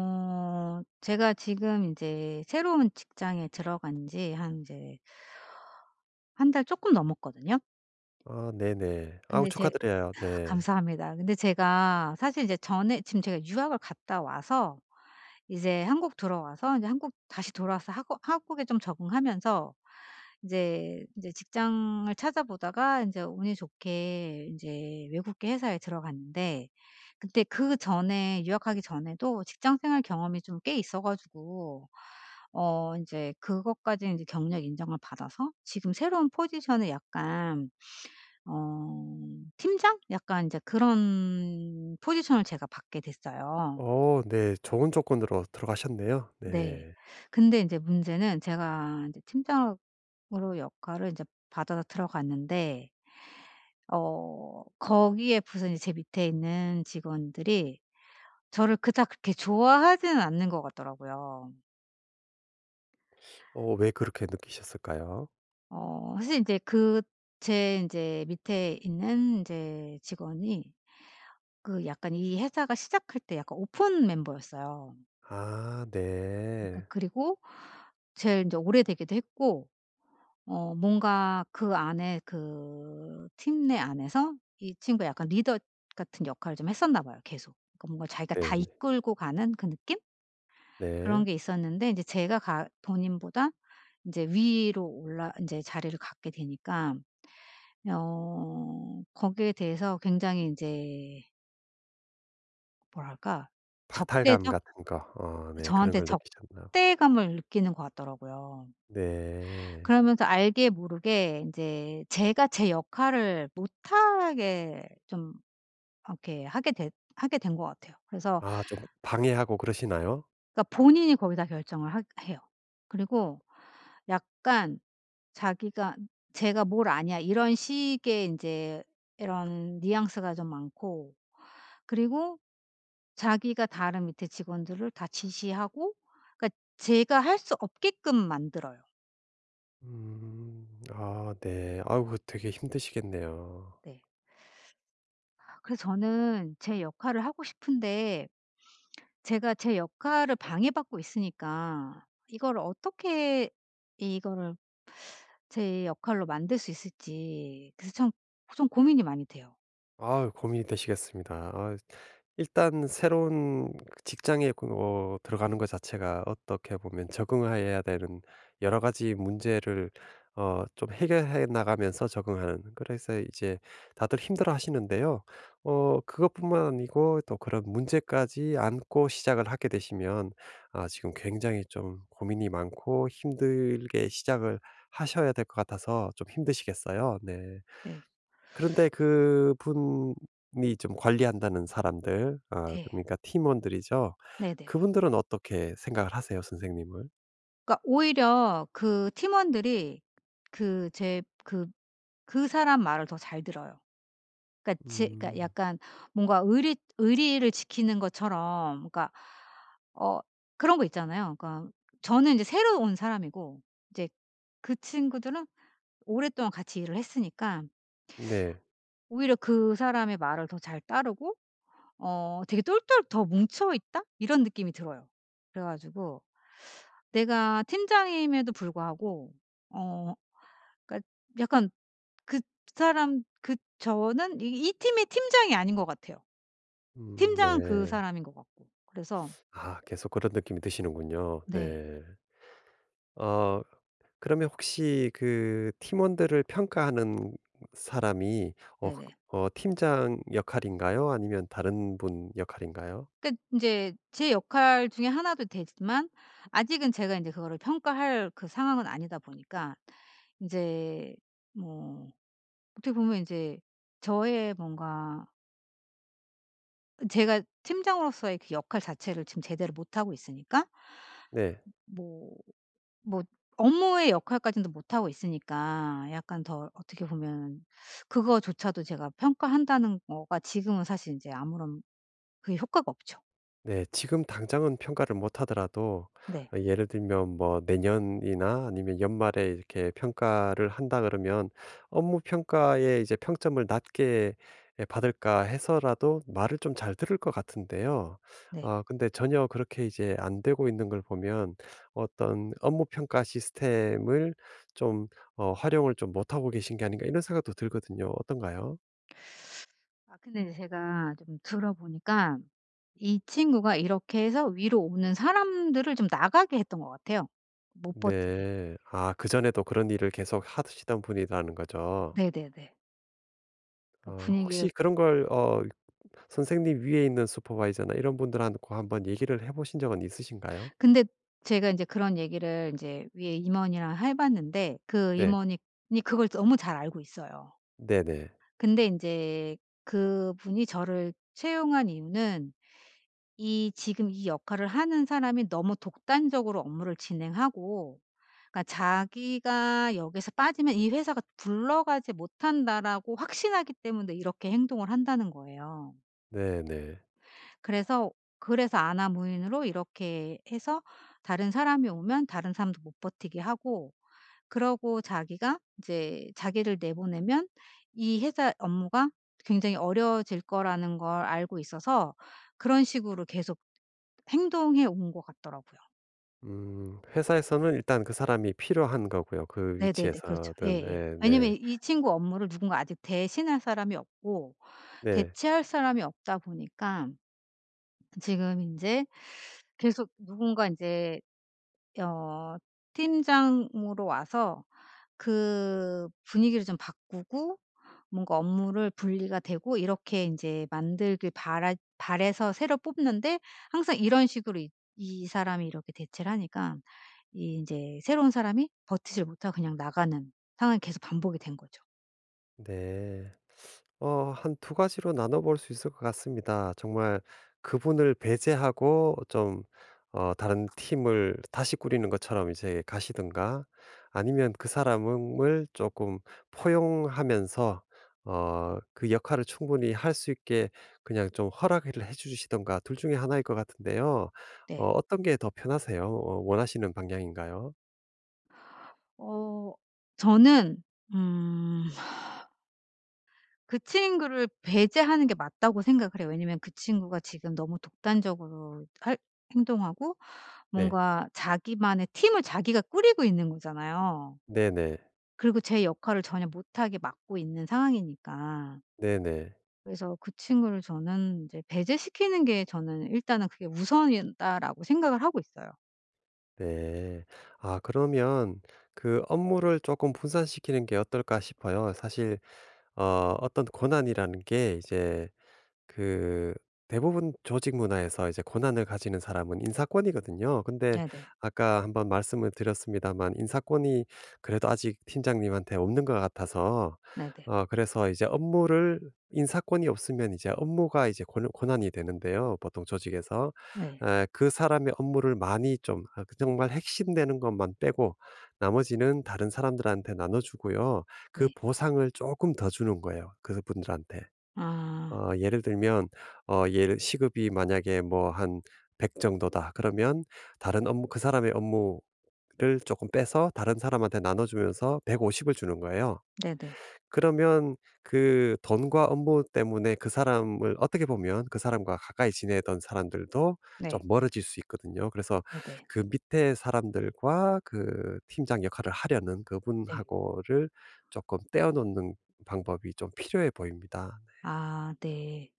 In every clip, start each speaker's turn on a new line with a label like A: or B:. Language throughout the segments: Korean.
A: 제가 지금 이제 새로운 직장에 들어간 지 한 이제 한 달 조금 넘었거든요.
B: 아 네네. 아우
A: 근데 제
B: 축하드려요.
A: 아,
B: 네.
A: 감사합니다. 근데 제가 사실 이제 전에 지금 제가 유학을 갔다 와서 이제 한국 들어와서 이제 한국 다시 돌아와서 하고 한국에 좀 적응하면서 이제 직장을 찾아보다가 인제 운이 좋게 인제 외국계 회사에 들어갔는데, 그때 그전에 유학하기 전에도 직장 생활 경험이 좀 꽤 있어 가지고 인제 그것까지 인제 경력 인정을 받아서 지금 새로운 포지션에 약간, 어 팀장? 약간 인제 그런 포지션을 제가 받게 됐어요.
B: 어 네. 좋은 조건으로 들어가셨네요.
A: 네.
B: 네.
A: 근데 인제 문제는, 제가 인제 팀장으로 역할을 인제 받아서 들어갔는데 거기에 무슨 제 밑에 있는 직원들이 저를 그닥 그렇게 좋아하지는 않는 것 같더라고요.
B: 왜 그렇게 느끼셨을까요?
A: 사실 이제 그 제 이제 밑에 있는 이제 직원이, 그 약간 이 회사가 시작할 때 약간 오픈 멤버였어요.
B: 아
A: 그러니까
B: 네.
A: 그리고 제일 이제 오래되기도 했고 뭔가 그 안에, 그 팀 내 안에서 이 친구가 약간 리더 같은 역할을 좀 했었나 봐요 계속. 그러니까 뭔가 자기가 다
B: 네네.
A: 이끌고 가는 그 느낌?
B: 네.
A: 그런
B: 네.
A: 게 있었는데, 이제 제가 가 본인보다 이제 위로 올라 이제 자리를 갖게 되니까 거기에 대해서 굉장히 이제, 뭐랄까,
B: 박탈감
A: 적대적
B: 같은 거. 어 네. 그런
A: 저한테
B: 걸 느끼셨나
A: 적대감을 느끼는 것 같더라고요.
B: 네.
A: 그러면서 알게 모르게 이제 제가 제 역할을 못하게 좀 이렇게 하게 된 것 같아요. 그래서.
B: 아 좀 방해하고 그러시나요?
A: 그러니까 본인이 거기다 결정을 하 해요. 그리고 약간 자기가 "제가 뭘 아냐." 이런 식의 인제 이런 뉘앙스가 좀 많고, 그리고 자기가 다른 밑에 직원들을 다 지시하고, 그러니까 제가 할 수 없게끔 만들어요.
B: 음. 아 네. 아우 되게 힘드시겠네요.
A: 네. 그래서 저는 제 역할을 하고 싶은데, 제가 제 역할을 방해받고 있으니까 이걸 어떻게 이거를 제 역할로 만들 수 있을지, 그래서 참 좀 고민이 많이 돼요.
B: 아 고민이 되시겠습니다. 아 일단 새로운 그 직장에 그 들어가는 것 자체가 어떻게 보면 적응해야 되는 여러 가지 문제를 좀 해결해 나가면서 적응하는 그래서 이제 다들 힘들어하시는데요. 그것뿐만 아니고 또 그런 문제까지 안고 시작을 하게 되시면 아 지금 굉장히 좀 고민이 많고 힘들게 시작을 하셔야 될 것 같아서 좀 힘드시겠어요. 네.
A: 네.
B: 그런데 그분이 좀 관리한다는 사람들 아
A: 네.
B: 그러니까 팀원들이죠.
A: 네네.
B: 그분들은 어떻게 생각을 하세요 선생님을?
A: 그러니까 오히려 그 팀원들이 그 제 그 사람 말을 더 잘 들어요. 그러니까 제 그러니까
B: 음.
A: 약간 뭔가 의리를 지키는 것처럼, 그러니까 어 그런 거 있잖아요. 그러니까 저는 이제 새로 온 사람이고 이제 그 친구들은 오랫동안 같이 일을 했으니까
B: 네.
A: 오히려 그 사람의 말을 더 잘 따르고 되게 똘똘 더 뭉쳐 있다? 이런 느낌이 들어요. 그래 가지고 내가 팀장임에도 불구하고 어 그러니까 약간, 그 사람 그 저는 이 팀의 팀장이 아닌 것 같아요. 팀장은 그
B: 네.
A: 사람인 것 같고. 그래서.
B: 아 계속 그런 느낌이 드시는군요.
A: 네.
B: 네. 어 그러면 혹시 그 팀원들을 평가하는 사람이 어
A: 네네.
B: 팀장 역할인가요? 아니면 다른 분 역할인가요?
A: 그러니까 제제 역할 중에 하나도 되지만 아직은 제가 이제 그거를 평가할 그 상황은 아니다 보니까 이제, 뭐, 어떻게 보면 이제 저의 뭔가, 제가 팀장으로서의 그 역할 자체를 지금 제대로 못하고 있으니까
B: 네.
A: 뭐 뭐 업무의 역할까지는 못하고 있으니까, 약간 더 어떻게 보면 그거조차도 제가 평가한다는 거가 지금은 사실 인제 아무런 그게 효과가 없죠.
B: 네. 지금 당장은 평가를 못 하더라도
A: 네.
B: 예를 들면 뭐 내년이나 아니면 연말에 이렇게 평가를 한다 그러면 업무 평가에 이제 평점을 낮게 예 받을까 해서라도 말을 좀 잘 들을 것 같은데요.
A: 네.
B: 아 근데 전혀 그렇게 이제 안 되고 있는 걸 보면 어떤 '업무 평가 시스템을 좀 활용을 좀 못하고 계신 게 아닌가.' 이런 생각도 들거든요. 어떤가요?
A: 아 근데 이제 제가 좀 들어보니까, 이 친구가 이렇게 해서 위로 오는 사람들을 좀 나가게 했던 것 같아요, 못 버티게.
B: 네. 아 그전에도 그런 일을 계속 하시던 분이라는 거죠?
A: 네네네. 그러니까 분위기를.
B: 혹시 그런 걸 선생님 위에 있는 슈퍼바이저나 이런 분들하고 한번 얘기를 해 보신 적은 있으신가요?
A: 근데 제가 인제 그런 얘기를 인제 위에 임원이랑 해 봤는데, 그
B: 네.
A: 임원이 이 그걸 너무 잘 알고 있어요.
B: 네네.
A: 근데 인제, 그분이 저를 채용한 이유는, 이 지금 이 역할을 하는 사람이 너무 독단적으로 업무를 진행하고, 그러니까 자기가 '여기서 빠지면 이 회사가 굴러가지 못한다.'라고 확신하기 때문에 이렇게 행동을 한다는 거예요.
B: 네네.
A: 그래서 그래서 안하 무인으로 이렇게 해서 다른 사람이 오면 다른 사람도 못 버티게 하고, 그러고 자기가 이제 자기를 내보내면 이 회사 업무가 굉장히 어려워질 거라는 걸 알고 있어서 그런 식으로 계속 행동해 온 것 같더라고요.
B: 회사에서는 일단 그 사람이 필요한 거고요, 그
A: 네네네. 그렇죠.
B: 위치에서든.
A: 예예.
B: 네,
A: 왜냐면
B: 네.
A: 이 친구 업무를 누군가 아직 대신할 사람이 없고
B: 네.
A: 대체할 사람이 없다 보니까, 지금 인제 계속 누군가 인제 어 팀장으로 와서 그 분위기를 좀 바꾸고 뭔가 업무를 분리가 되고 이렇게 인제 만들길 바라 바래서 새로 뽑는데, 항상 이런 식으로 이 사람이 이렇게 대체를 하니까, 이 인제 새로운 사람이 버티질 못하고 그냥 나가는 상황이 계속 반복이 된 거죠.
B: 네. 한 두 가지로 나눠 볼 수 있을 것 같습니다. 정말 그분을 배제하고 좀 다른 팀을 다시 꾸리는 것처럼 이제 가시든가 아니면 그 사람을 조금 포용하면서 그 역할을 충분히 할 수 있게 그냥 좀 허락을 해 주시든가 둘 중에 하나일 것 같은데요.
A: 네.
B: 어떤 게 더 편하세요? 원하시는 방향인가요?
A: 어 저는, 음 그 친구를 배제하는 게 맞다고 생각을 해요. 왜냐면 그 친구가 지금 너무 독단적으로 할 행동하고
B: 네.
A: 뭔가 자기만의 팀을 자기가 꾸리고 있는 거잖아요.
B: 네네.
A: 그리고 제 역할을 전혀 못하게 막고 있는 상황이니까.
B: 네네.
A: 그래서 그 친구를 저는 이제 배제시키는 게, 저는 일단은 그게 우선이다라고 생각을 하고 있어요.
B: 네. 아 그러면 그 업무를 조금 분산시키는 게 어떨까 싶어요. 사실 어 어떤 권한이라는 게 이제 그 대부분 조직 문화에서 이제 권한을 가지는 사람은 인사권이거든요. 근데
A: 네네.
B: 아까 한번 말씀을 드렸습니다만 인사권이 그래도 아직 팀장님한테 없는 것 같아서
A: 네네.
B: 그래서 이제 업무를 인사권이 없으면 이제 업무가 이제 권한이 되는데요. 보통 조직에서
A: 네.
B: 그 사람의 업무를 많이 좀 아, 그 정말 핵심되는 것만 빼고 나머지는 다른 사람들한테 나눠주고요. 그
A: 네.
B: 보상을 조금 더 주는 거예요. 그분들한테.
A: 아.
B: 예를 들면 예를 시급이 만약에 뭐 한 100 정도다 그러면 다른 업무 그 사람의 업무를 조금 빼서 다른 사람한테 나눠 주면서 150을 주는 거예요.
A: 네네.
B: 그러면 그 돈과 업무 때문에 그 사람을 어떻게 보면 그 사람과 가까이 지내던 사람들도 좀
A: 네.
B: 멀어질 수 있거든요. 그래서
A: 네네.
B: 그 밑에 사람들과 그 팀장 역할을 하려는
A: 네.
B: 그분하고를 조금 떼어 놓는 방법이 좀 필요해 보입니다.
A: 아 네.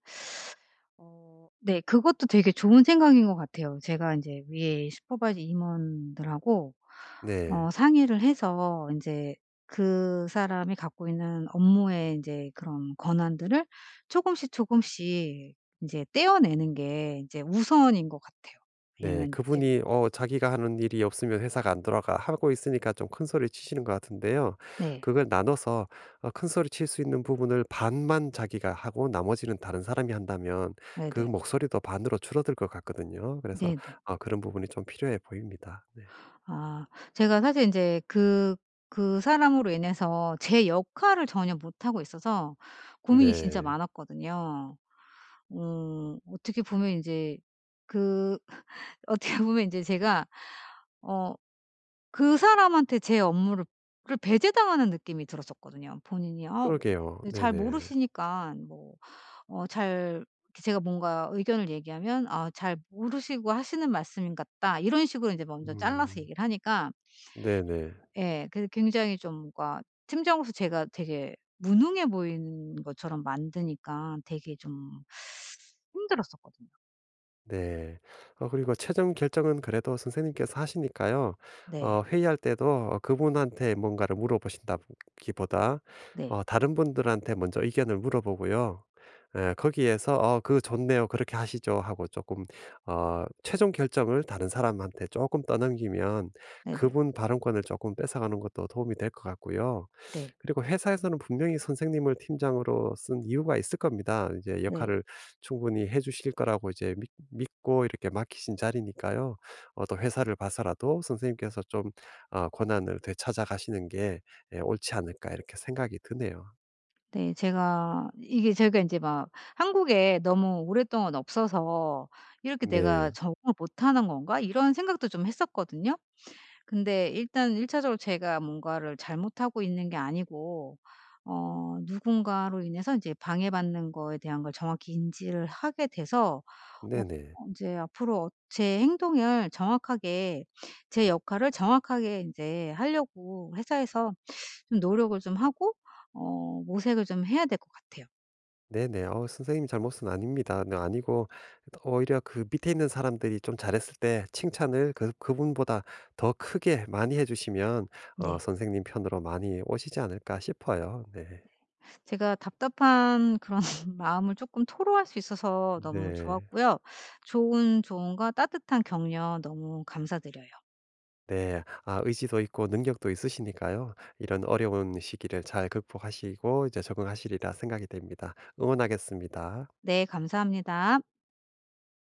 A: 어 네. 그것도 되게 좋은 생각인 것 같아요. 제가 인제 위에 슈퍼바이저 임원들하고
B: 네.
A: 상의를 해서 인제 그 사람이 갖고 있는 업무의 인제 그런 권한들을 쪼금씩 쪼금씩 인제 떼어내는 게 인제 우선인 것 같아요.
B: 네.
A: 왜냐면 지금.
B: 그분이 어 자기가 하는 일이 없으면 회사가 안 돌아가 하고 있으니까 좀 큰 소리 치시는 것 같은데요.
A: 네.
B: 그걸 나눠서 큰 소리 칠 수 있는 부분을 반만 자기가 하고 나머지는 다른 사람이 한다면 그
A: 네네.
B: 목소리도 반으로 줄어들 것 같거든요. 그래서
A: 네네.
B: 아 그런 부분이 좀 필요해 보입니다. 네.
A: 아 제가 사실 인제 그 사람으로 인해서 제 역할을 전혀 못하고 있어서 고민이 진짜
B: 네.
A: 많았거든요. 어떻게 보면 이제 그 어떻게 보면 이제 제가 어 그 사람한테 제 업무를 를 배제당하는 느낌이 들었었거든요. 본인이
B: 그러게요.
A: 잘 모르
B: 네네.
A: 시니까 뭐 잘 이렇게, 제가 뭔가 의견을 얘기하면 "아, 잘 모르시고 하시는 말씀인 같다." 이런 식으로 이제 먼저 잘라서
B: 음.
A: 얘기를 하니까,
B: 네네.
A: 예 그래서 굉장히 좀 뭔가, 팀장으로서 제가 되게 무능해 보이는 것처럼 만드니까 되게 좀 힘들었었거든요.
B: 네. 그리고 최종 결정은 그래도 선생님께서 하시니까요.
A: 네.
B: 회의할 때도 그분한테 뭔가를 물어보신다기보다
A: 네.
B: 다른 분들한테 먼저 의견을 물어보고요. 거기에서 "어 그 좋네요. 그렇게 하시죠." 하고 조금 최종 결정을 다른 사람한테 조금 떠넘기면
A: 네 네. 네.
B: 그분 발언권을 조금 뺏어가는 것도 도움이 될 것 같고요.
A: 네.
B: 그리고 회사에서는 분명히 선생님을 팀장으로 쓴 이유가 있을 겁니다. 이제
A: 네.
B: 역할을 충분히 해 주실 거라고 이제 믿 믿고 이렇게 맡기신 자리니까요. 또 회사를 봐서라도 선생님께서 좀 권한을 되찾아 가시는 게 예 옳지 않을까 이렇게 생각이 드네요.
A: 네. 제가 인제 막 한국에 너무 오랫동안 없어서 '이렇게 내가
B: 네.
A: 적응을 못하는 건가?' 이런 생각도 좀 했었거든요. 근데 일단 1 차적으로 제가 뭔가를 잘못하고 있는 게 아니고 누군가로 인해서 인제 방해받는 거에 대한 걸 정확히 인지를 하게 돼서 어
B: 네네.
A: 인제 앞으로 제 행동을 정확하게, 제 역할을 정확하게 인제 하려고 회사에서 좀 노력을 좀 하고 모색을 좀 해야 될 것 같아요.
B: 네네. 선생님 잘못은 아닙니다. 네 아니고 오히려 그 밑에 있는 사람들이 좀 잘했을 때 칭찬을 그분보다 더 크게 많이 해 주시면
A: 네.
B: 선생님 편으로 많이 오시지 않을까 싶어요. 네.
A: 제가 답답한 그런 마음을 조금 토로할 수 있어서 너무
B: 네.
A: 좋았고요. 좋은 조언과 따뜻한 격려 너무 감사드려요.
B: 네. 아 의지도 있고 능력도 있으시니까요. 이런 어려운 시기를 잘 극복하시고 이제 적응하시리라 생각이 됩니다. 응원하겠습니다.
A: 네, 감사합니다.